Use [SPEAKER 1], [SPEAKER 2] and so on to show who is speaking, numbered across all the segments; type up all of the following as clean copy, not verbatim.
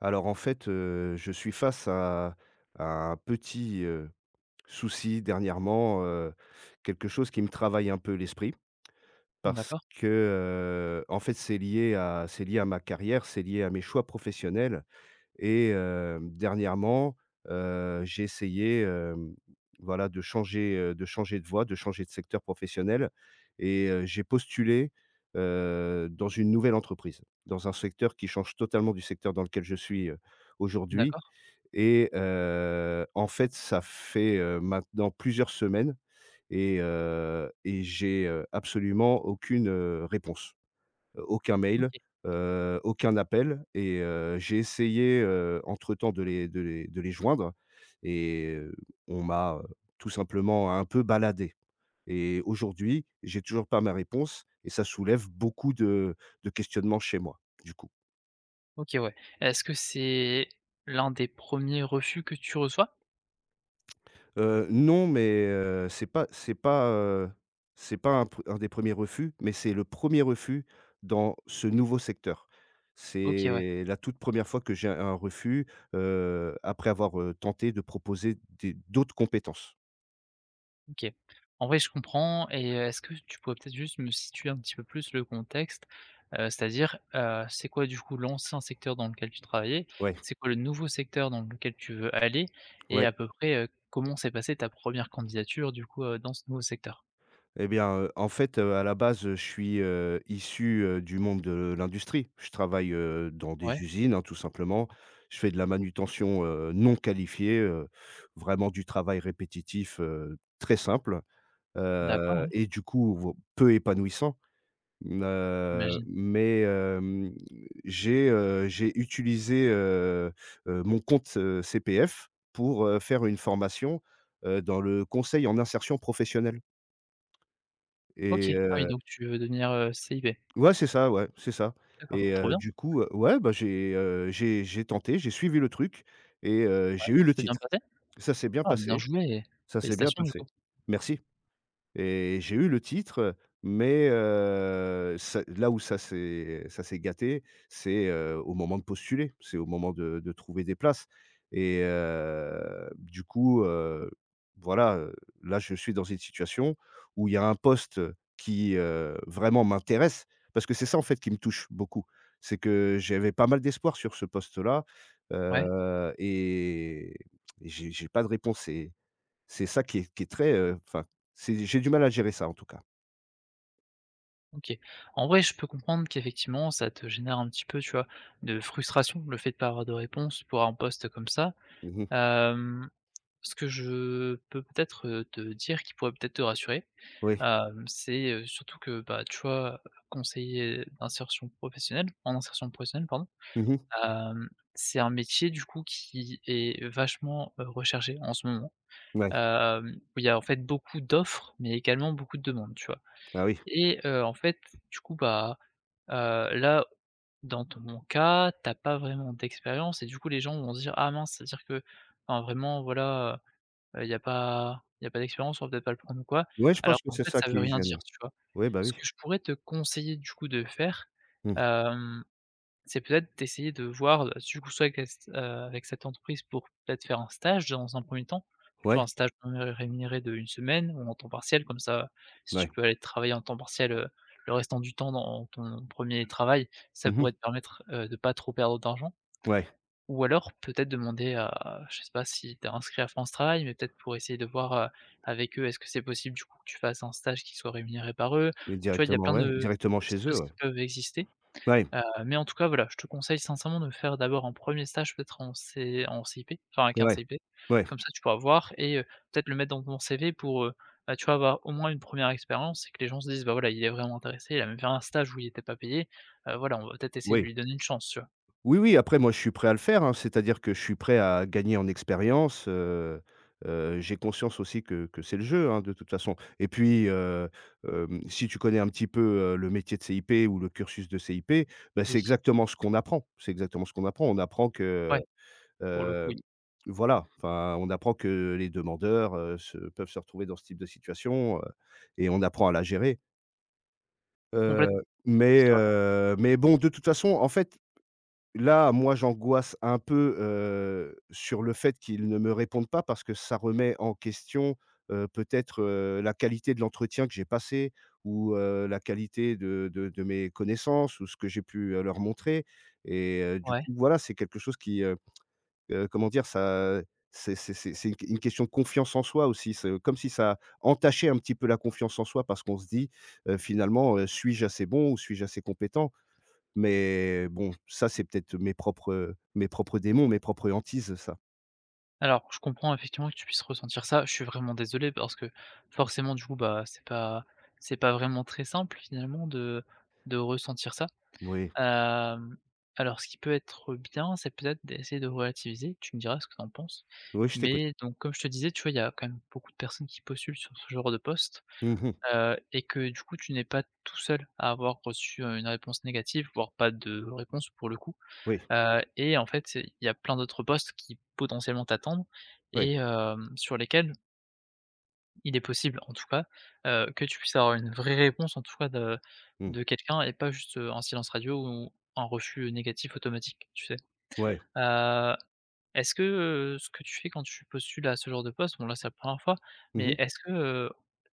[SPEAKER 1] Alors en fait, je suis face à à un petit, souci dernièrement, quelque chose qui me travaille un peu l'esprit parce
[SPEAKER 2] D'accord,
[SPEAKER 1] que, en fait, c'est lié à ma carrière, c'est lié à mes choix professionnels. Et dernièrement, j'ai essayé, voilà, de changer de voie, de changer de secteur professionnel et j'ai postulé, dans une nouvelle entreprise, dans un secteur qui change totalement du secteur dans lequel je suis, aujourd'hui.
[SPEAKER 2] d'accord,
[SPEAKER 1] Et en fait, ça fait, maintenant plusieurs semaines et j'ai, absolument aucune, réponse, aucun
[SPEAKER 2] OK,
[SPEAKER 1] mail, aucun appel et j'ai essayé, entre-temps de les joindre et on m'a, tout simplement un peu baladé et aujourd'hui, j'ai toujours pas ma réponse et ça soulève beaucoup de questionnements chez moi, du coup.
[SPEAKER 2] OK, ouais. Est-ce que c'est l'un des premiers refus que tu reçois?
[SPEAKER 1] Non, mais c'est pas un des premiers refus, mais c'est le premier refus dans ce nouveau secteur.
[SPEAKER 2] OK, ouais,
[SPEAKER 1] C'est la toute première fois que j'ai un refus, après avoir, tenté de proposer des d'autres compétences.
[SPEAKER 2] OK. En vrai, je comprends et est-ce que tu pourrais peut-être juste me situer un petit peu plus le contexte? C'est-à-dire, c'est quoi du coup l'ancien secteur dans lequel tu travaillais?
[SPEAKER 1] Ouais,
[SPEAKER 2] C'est quoi le nouveau secteur dans lequel tu veux aller? Et
[SPEAKER 1] ouais.
[SPEAKER 2] à peu près, comment s'est passée ta première candidature du coup, dans ce nouveau secteur?
[SPEAKER 1] Eh bien, en fait, à la base, je suis, issu, du monde de l'industrie. Je travaille, dans des
[SPEAKER 2] Ouais,
[SPEAKER 1] usines, hein, tout simplement. Je fais de la manutention, non qualifiée, vraiment du travail répétitif, très simple,
[SPEAKER 2] d'accord, ouais,
[SPEAKER 1] et du coup, vo peu épanouissant. Mmh,
[SPEAKER 2] j'imagine.
[SPEAKER 1] mais j'ai utilisé, mon compte, CPF pour, faire une formation, dans le conseil en insertion professionnelle
[SPEAKER 2] OK. Ah oui,
[SPEAKER 1] et
[SPEAKER 2] donc tu veux devenir, CIB?
[SPEAKER 1] Ouais, c'est ça, ouais, c'est ça. Et
[SPEAKER 2] D'accord, trop bien,
[SPEAKER 1] du coup, ouais, bah, j'ai tenté, j'ai suivi le truc et j'ai eu le
[SPEAKER 2] c'est bien
[SPEAKER 1] titre.
[SPEAKER 2] passé?
[SPEAKER 1] Ça s'est bien
[SPEAKER 2] Ah, bien
[SPEAKER 1] passé,
[SPEAKER 2] joué!
[SPEAKER 1] ça s'est bien
[SPEAKER 2] Félicitations, du
[SPEAKER 1] passé.
[SPEAKER 2] coup.
[SPEAKER 1] Merci. Et j'ai eu le titre, mais ça là où ça s'est gâté, c'est, au moment de postuler, c'est au moment de trouver des places et du coup, voilà, là, je suis dans une situation où il y a un poste qui, vraiment m'intéresse parce que c'est ça, en fait, qui me touche beaucoup. C'est que j'avais pas mal d'espoir sur ce poste-là,
[SPEAKER 2] Ouais,
[SPEAKER 1] et j'ai pas de réponse. C'est ça qui est très, enfin, c'est j'ai du mal à gérer ça en tout cas.
[SPEAKER 2] OK. En vrai, je peux comprendre qu'effectivement, ça te génère un petit peu, tu vois, de frustration, le fait de pas avoir de réponse pour un poste comme ça.
[SPEAKER 1] Mmh.
[SPEAKER 2] Hem, ce que je peux peut-être, te dire qui pourrait peut-être te rassurer,
[SPEAKER 1] Oui.
[SPEAKER 2] c'est, surtout que, bah, tu vois, conseiller d'insertion professionnelle en insertion professionnelle, pardon,
[SPEAKER 1] Mmh.
[SPEAKER 2] hem, c'est un métier, du coup, qui est vachement, recherché en ce moment.
[SPEAKER 1] Ouais.
[SPEAKER 2] Où il y a, en fait, beaucoup d'offres, mais également beaucoup de demandes, tu vois?
[SPEAKER 1] Ah oui.
[SPEAKER 2] Et en fait, du coup, bah, là, dans ton mon cas, t'as pas vraiment d'expérience et du coup, les gens vont se dire: «Ah mince, c'est-à-dire que, enfin, vraiment, voilà, il y a pas d'expérience, on va peut-être pas le prendre ou quoi»,
[SPEAKER 1] Ouais, je
[SPEAKER 2] alors
[SPEAKER 1] pense que
[SPEAKER 2] qu'en
[SPEAKER 1] c'est
[SPEAKER 2] fait,
[SPEAKER 1] ça
[SPEAKER 2] ça veut
[SPEAKER 1] qui
[SPEAKER 2] rien dire,
[SPEAKER 1] gêne.
[SPEAKER 2] tu vois?
[SPEAKER 1] Oui. Bah,
[SPEAKER 2] Ce
[SPEAKER 1] oui.
[SPEAKER 2] que je pourrais te conseiller, du coup, de faire,
[SPEAKER 1] Mmh.
[SPEAKER 2] c'est peut-être d'essayer de voir, du coup, soit avec la s avec cette entreprise pour peut-être faire un stage dans un premier temps, tu
[SPEAKER 1] Ouais,
[SPEAKER 2] vois? Un stage rémunéré de une semaine ou en temps partiel comme ça, si
[SPEAKER 1] ouais.
[SPEAKER 2] tu peux aller travailler en temps partiel, le restant du temps dans ton premier travail, ça
[SPEAKER 1] Mmh.
[SPEAKER 2] pourrait te permettre, de pas trop perdre d'argent.
[SPEAKER 1] Ouais,
[SPEAKER 2] Ou alors peut-être demander à je sais pas si tu es inscrit à France Travail, mais peut-être pour essayer de voir, avec eux, est-ce que c'est possible du coup que tu fasses un stage qui soit rémunéré par eux?
[SPEAKER 1] mais
[SPEAKER 2] Tu vois? Il y a
[SPEAKER 1] directement,
[SPEAKER 2] plein
[SPEAKER 1] ouais,
[SPEAKER 2] de
[SPEAKER 1] directement
[SPEAKER 2] petites
[SPEAKER 1] chez
[SPEAKER 2] choses
[SPEAKER 1] eux, ouais.
[SPEAKER 2] qui peuvent exister.
[SPEAKER 1] Ouais,
[SPEAKER 2] Mais en tout cas, voilà, je te conseille sincèrement de faire d'abord un premier stage peut-être en CIP, enfin avec un
[SPEAKER 1] ouais,
[SPEAKER 2] CIP.
[SPEAKER 1] ouais,
[SPEAKER 2] Comme ça, tu pourras voir et peut-être le mettre dans ton CV pour, bah, tu vois, avoir au moins une première expérience et que les gens se disent: «Bah, voilà, il est vraiment intéressé, il a même fait un stage où il n'était pas payé, voilà, on va peut-être essayer de
[SPEAKER 1] oui.
[SPEAKER 2] lui donner une chance», tu vois?
[SPEAKER 1] Oui, oui, après moi je suis prêt à le faire, hein. C'est-à-dire que je suis prêt à gagner en expérience, j'ai conscience aussi que c'est le jeu, hein, de toute façon et puis, si tu connais un petit peu, le métier de CIP ou le cursus de CIP, bah,
[SPEAKER 2] Oui,
[SPEAKER 1] c'est exactement ce qu'on apprend. C'est exactement ce qu'on apprend. On apprend que,
[SPEAKER 2] ouais, pour le coup,
[SPEAKER 1] heu,
[SPEAKER 2] oui,
[SPEAKER 1] voilà, enfin, on apprend que les demandeurs, se peuvent se retrouver dans ce type de situation, et on apprend à la gérer, heu,
[SPEAKER 2] complètement, c'est vrai.
[SPEAKER 1] mais bon, de toute façon, en fait. Là, moi, j'angoisse un peu, sur le fait qu'ils ne me répondent pas parce que ça remet en question, peut-être, la qualité de l'entretien que j'ai passé ou, la qualité de mes connaissances ou ce que j'ai pu, leur montrer et du
[SPEAKER 2] Ouais.
[SPEAKER 1] coup, voilà, c'est quelque chose qui, comment dire? Ça c'est une question de confiance en soi aussi. C'est comme si ça entachait un petit peu la confiance en soi parce qu'on se dit, «Finalement, suis-je assez bon ou suis-je assez compétent?» Mais bon, ça, c'est peut-être mes propres démons, mes propres hantises, ça.
[SPEAKER 2] Alors, je comprends effectivement que tu puisses ressentir ça. Je suis vraiment désolé parce que forcément, du coup, bah, c'est pas vraiment très simple finalement de ressentir ça.
[SPEAKER 1] Oui,
[SPEAKER 2] Hem, alors ce qui peut être bien, c'est peut-être d'essayer de relativiser, tu me diras ce que tu en penses.
[SPEAKER 1] oui, je t'écoute.
[SPEAKER 2] Mais donc comme je te disais, tu vois, il y a quand même beaucoup de personnes qui postulent sur ce genre de poste,
[SPEAKER 1] Mmh mh.
[SPEAKER 2] et que du coup, tu n'es pas tout seul à avoir reçu, une réponse négative, voire pas de réponse pour le coup.
[SPEAKER 1] Oui,
[SPEAKER 2] Et en fait, c'est il y a plein d'autres postes qui potentiellement t'attendent
[SPEAKER 1] oui.
[SPEAKER 2] et sur lesquels il est possible, en tout cas, que tu puisses avoir une vraie réponse, en tout cas, de
[SPEAKER 1] Mmh.
[SPEAKER 2] de quelqu'un et pas juste, un silence radio ou un refus négatif automatique, tu sais?
[SPEAKER 1] Ouais.
[SPEAKER 2] Heu, est-ce que, ce que tu fais quand tu postules à ce genre de poste, bon là, c'est la première fois,
[SPEAKER 1] Mmh
[SPEAKER 2] mais
[SPEAKER 1] mh.
[SPEAKER 2] est-ce que, heu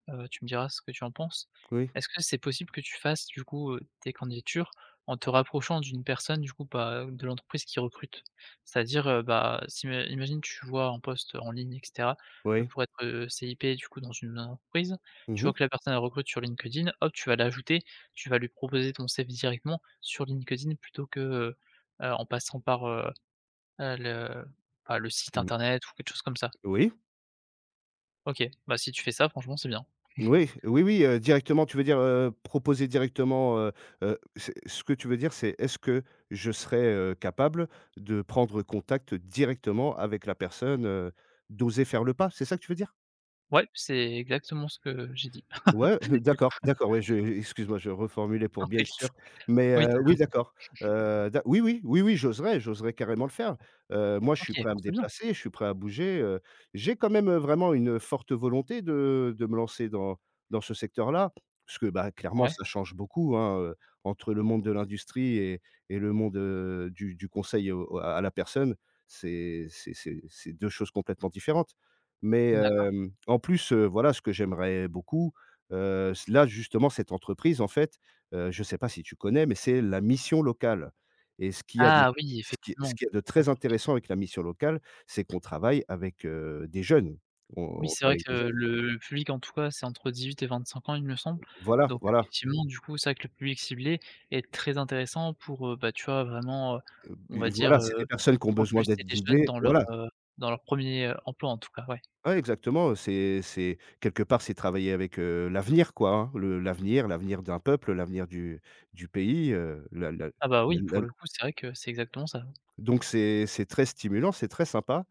[SPEAKER 2] heu, tu me diras ce que tu en penses,
[SPEAKER 1] Oui,
[SPEAKER 2] est-ce que c'est possible que tu fasses du coup, tes candidatures en te rapprochant d'une personne du coup, bah, de l'entreprise qui recrute? C'est-à-dire, bah, si imagine tu vois un poste en ligne et cetera,
[SPEAKER 1] oui.
[SPEAKER 2] pour être, CIP du coup dans une entreprise,
[SPEAKER 1] Mmh
[SPEAKER 2] tu vois que
[SPEAKER 1] mh.
[SPEAKER 2] la personne elle recrute sur LinkedIn, hop, tu vas l'ajouter, tu vas lui proposer ton CV directement sur LinkedIn plutôt que, en passant par, le pas le site
[SPEAKER 1] Mmh.
[SPEAKER 2] internet ou quelque chose comme ça.
[SPEAKER 1] Oui,
[SPEAKER 2] OK, bah, si tu fais ça franchement c'est bien.
[SPEAKER 1] oui, oui, oui, directement, tu veux dire, proposer directement, c'est ce que tu veux dire, c'est est-ce que je serais, capable de prendre contact directement avec la personne, d'oser faire le pas, c'est ça que tu veux dire?
[SPEAKER 2] Ouais, c'est exactement ce que j'ai dit
[SPEAKER 1] Ouais,
[SPEAKER 2] du coup,
[SPEAKER 1] d'accord, d'accord, ouais, je excuse-moi, je reformulais
[SPEAKER 2] un
[SPEAKER 1] pour bien être
[SPEAKER 2] texte.
[SPEAKER 1] sûr, mais
[SPEAKER 2] Oui, tu
[SPEAKER 1] oui,
[SPEAKER 2] raison.
[SPEAKER 1] d'accord, da oui, oui, oui, oui, j'oserais, j'oserais carrément le faire. Moi, je
[SPEAKER 2] OK,
[SPEAKER 1] suis prêt à me
[SPEAKER 2] bon, c'est bien.
[SPEAKER 1] déplacer, je suis prêt à bouger, j'ai quand même, vraiment une, forte volonté de me lancer dans dans ce secteur-là, parce que, bah, clairement,
[SPEAKER 2] Ouais,
[SPEAKER 1] ça change beaucoup, hein, entre le monde de l'industrie et le monde, du conseil au à la personne. C'est 2 choses complètement différentes, mais
[SPEAKER 2] d'accord.
[SPEAKER 1] en plus, voilà, ce que j'aimerais beaucoup. C Là, justement, cette entreprise, en fait, je ne sais pas si tu connais, mais c'est la mission locale et
[SPEAKER 2] Ah oui,
[SPEAKER 1] ce
[SPEAKER 2] effectivement.
[SPEAKER 1] qu'il y a de
[SPEAKER 2] Ouais, ouais,
[SPEAKER 1] très intéressant avec la mission locale, c'est qu'on travaille avec, des jeunes.
[SPEAKER 2] oui,
[SPEAKER 1] On
[SPEAKER 2] c'est vrai
[SPEAKER 1] travaille avec des
[SPEAKER 2] que
[SPEAKER 1] jeunes.
[SPEAKER 2] le public en tout cas, c'est entre 18 et 25 ans, il me semble.
[SPEAKER 1] Voilà,
[SPEAKER 2] Donc
[SPEAKER 1] voilà,
[SPEAKER 2] effectivement, du coup, c'est vrai que le public ciblé est très intéressant pour, bah, tu vois vraiment, on
[SPEAKER 1] b
[SPEAKER 2] va
[SPEAKER 1] voilà,
[SPEAKER 2] dire,
[SPEAKER 1] c'est des personnes qui ont besoin d'être
[SPEAKER 2] propulser les jeunes
[SPEAKER 1] guidées.
[SPEAKER 2] dans leur,
[SPEAKER 1] Voilà.
[SPEAKER 2] heu, dans leur premier er emploi en tout cas, ouais.
[SPEAKER 1] Ouais, exactement, c'est quelque part, c'est travailler avec, l'avenir, quoi, hein, le l'avenir l'avenir d'un peuple, l'avenir du pays, la
[SPEAKER 2] Ah bah, oui,
[SPEAKER 1] la.
[SPEAKER 2] pour le coup, c'est vrai que c'est exactement ça.
[SPEAKER 1] Donc c'est très stimulant, c'est très sympa.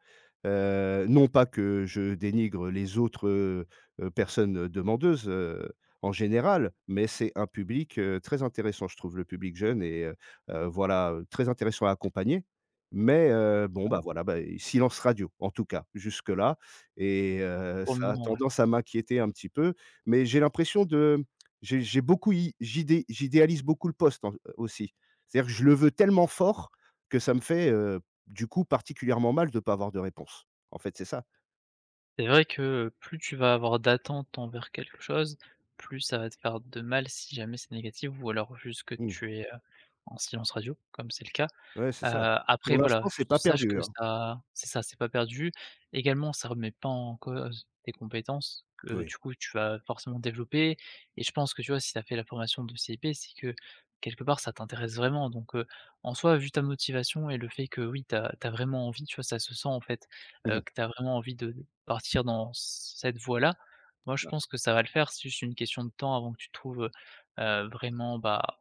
[SPEAKER 1] Non pas que je dénigre les autres, personnes, demandeuses, en général, mais c'est un public, très intéressant, je trouve, le public jeune et voilà, très intéressant à accompagner. Mais bon, bah, voilà, bah, silence radio, en tout cas, jusque-là et
[SPEAKER 2] Pour le
[SPEAKER 1] ça a
[SPEAKER 2] moment, ouais.
[SPEAKER 1] tendance à m'inquiéter un petit peu, mais j'ai l'impression de j'idéalise beaucoup le poste en aussi. C'est-à-dire que je le veux tellement fort que ça me fait, du coup, particulièrement mal de pas avoir de réponse. En fait, c'est ça.
[SPEAKER 2] C'est vrai que, plus tu vas avoir d'attentes envers quelque chose, plus ça va te faire de mal si jamais c'est négatif ou alors juste que
[SPEAKER 1] Mmh.
[SPEAKER 2] tu es, en silence radio, comme c'est le cas.
[SPEAKER 1] Ouais, c'est
[SPEAKER 2] Heu,
[SPEAKER 1] ça.
[SPEAKER 2] après
[SPEAKER 1] Pour
[SPEAKER 2] voilà,
[SPEAKER 1] l'instant, c'est
[SPEAKER 2] juste
[SPEAKER 1] pas
[SPEAKER 2] sache
[SPEAKER 1] perdu,
[SPEAKER 2] que
[SPEAKER 1] hein.
[SPEAKER 2] ça, c'est pas perdu. Également, ça remet pas en cause tes compétences que
[SPEAKER 1] Oui.
[SPEAKER 2] du coup tu vas forcément développer et je pense que tu vois, si tu as fait la formation de CIP, c'est que quelque part ça t'intéresse vraiment donc en soi, vu ta motivation et le fait que oui, tu as vraiment envie, tu vois, ça se sent en fait,
[SPEAKER 1] Mmh mh.
[SPEAKER 2] que tu as vraiment envie de partir dans cette voie-là. Moi, je
[SPEAKER 1] Bah,
[SPEAKER 2] pense que ça va le faire, c'est juste une question de temps avant que tu trouves, vraiment, bah,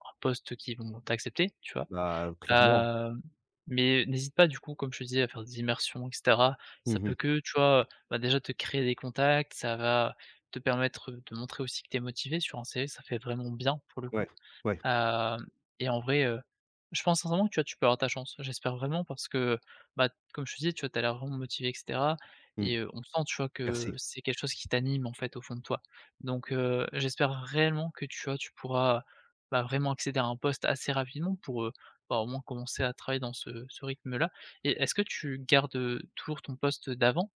[SPEAKER 2] un poste qui vont t'accepter, tu vois?
[SPEAKER 1] bah, clairement.
[SPEAKER 2] Hem, mais n'hésite pas du coup, comme je te disais, à faire des immersions et cetera. Ça
[SPEAKER 1] Mmh mh.
[SPEAKER 2] peut que, tu vois, bah, déjà te créer des contacts, ça va te permettre de montrer aussi que tu es motivé sur un CV, ça fait vraiment bien pour le
[SPEAKER 1] Ouais,
[SPEAKER 2] coup.
[SPEAKER 1] ouais.
[SPEAKER 2] Hem et en vrai, je pense sincèrement que tu vois, tu peux avoir ta chance. J'espère vraiment parce que, bah, comme je te disais, tu vois, tu as l'air vraiment motivé et cetera
[SPEAKER 1] Mmh.
[SPEAKER 2] et on sent, tu vois,
[SPEAKER 1] Merci.
[SPEAKER 2] que c'est quelque chose qui t'anime, en fait, au fond de toi. Donc j'espère réellement que tu vois, tu pourras, bah, vraiment accéder à un poste assez rapidement pour, bah, au moins commencer à travailler dans ce rythme-là et est-ce que tu gardes, toujours ton poste d'avant?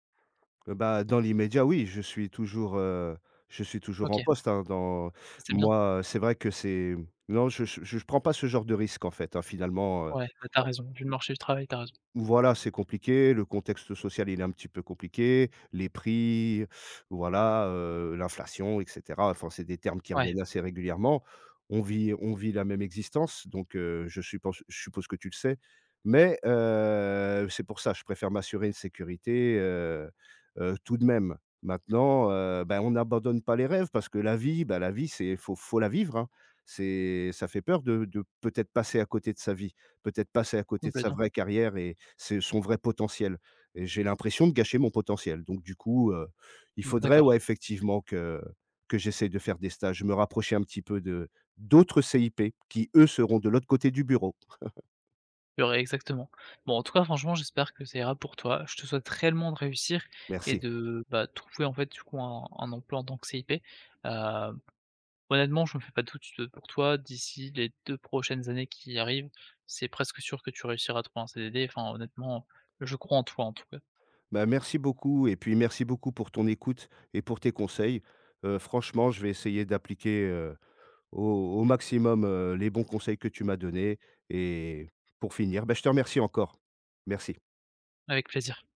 [SPEAKER 1] Bah, dans l'immédiat, oui, je suis toujours en
[SPEAKER 2] OK,
[SPEAKER 1] poste, hein, dans
[SPEAKER 2] ça, c'est bien.
[SPEAKER 1] moi, c'est vrai que c'est non, je prends pas ce genre de risque, en fait, hein, finalement,
[SPEAKER 2] Ouais, bah, tu raison, vu le marché du travail, t'as raison.
[SPEAKER 1] Voilà, c'est compliqué, le contexte social, il est un petit peu compliqué, les prix, voilà, l'inflation et cetera. Enfin, c'est des termes qui
[SPEAKER 2] Ouais,
[SPEAKER 1] reviennent assez régulièrement. On vit la même existence, donc je suppose que tu le sais, mais c'est pour ça, je préfère m'assurer une sécurité, tout de même. Maintenant, bah, on n'abandonne pas les rêves parce que la vie, ben la vie, c'est faut la vivre, hein. C'est ça fait peur de peut-être passer à côté de sa vie, peut-être passer à côté de sa
[SPEAKER 2] complètement.
[SPEAKER 1] vraie carrière et c'est son vrai potentiel et j'ai l'impression de gâcher mon potentiel. Donc du coup, il faudrait,
[SPEAKER 2] D'accord.
[SPEAKER 1] ouais, effectivement que j'essaye de faire des stages, me rapprocher un petit peu de d'autres CIP qui, eux, seront de l'autre côté du bureau.
[SPEAKER 2] Il y aurait exactement. Bon, en tout cas, franchement, j'espère que ça ira pour toi. Je te souhaite réellement de réussir et
[SPEAKER 1] Merci.
[SPEAKER 2] de, bah, trouver, en fait, du coup, un emploi en tant que CIP. Heu, honnêtement, je me fais pas de doute, pour toi. D'ici les 2 prochaines années qui arrivent, c'est presque sûr que tu réussiras à trouver un CDD. Enfin, honnêtement, je crois en toi, en tout cas.
[SPEAKER 1] Bah, merci beaucoup et puis merci beaucoup pour ton écoute et pour tes conseils. Franchement, je vais essayer d'appliquer, au au maximum, les bons conseils que tu m'as donnés et pour finir, bah, je te remercie encore. Merci.
[SPEAKER 2] Avec plaisir.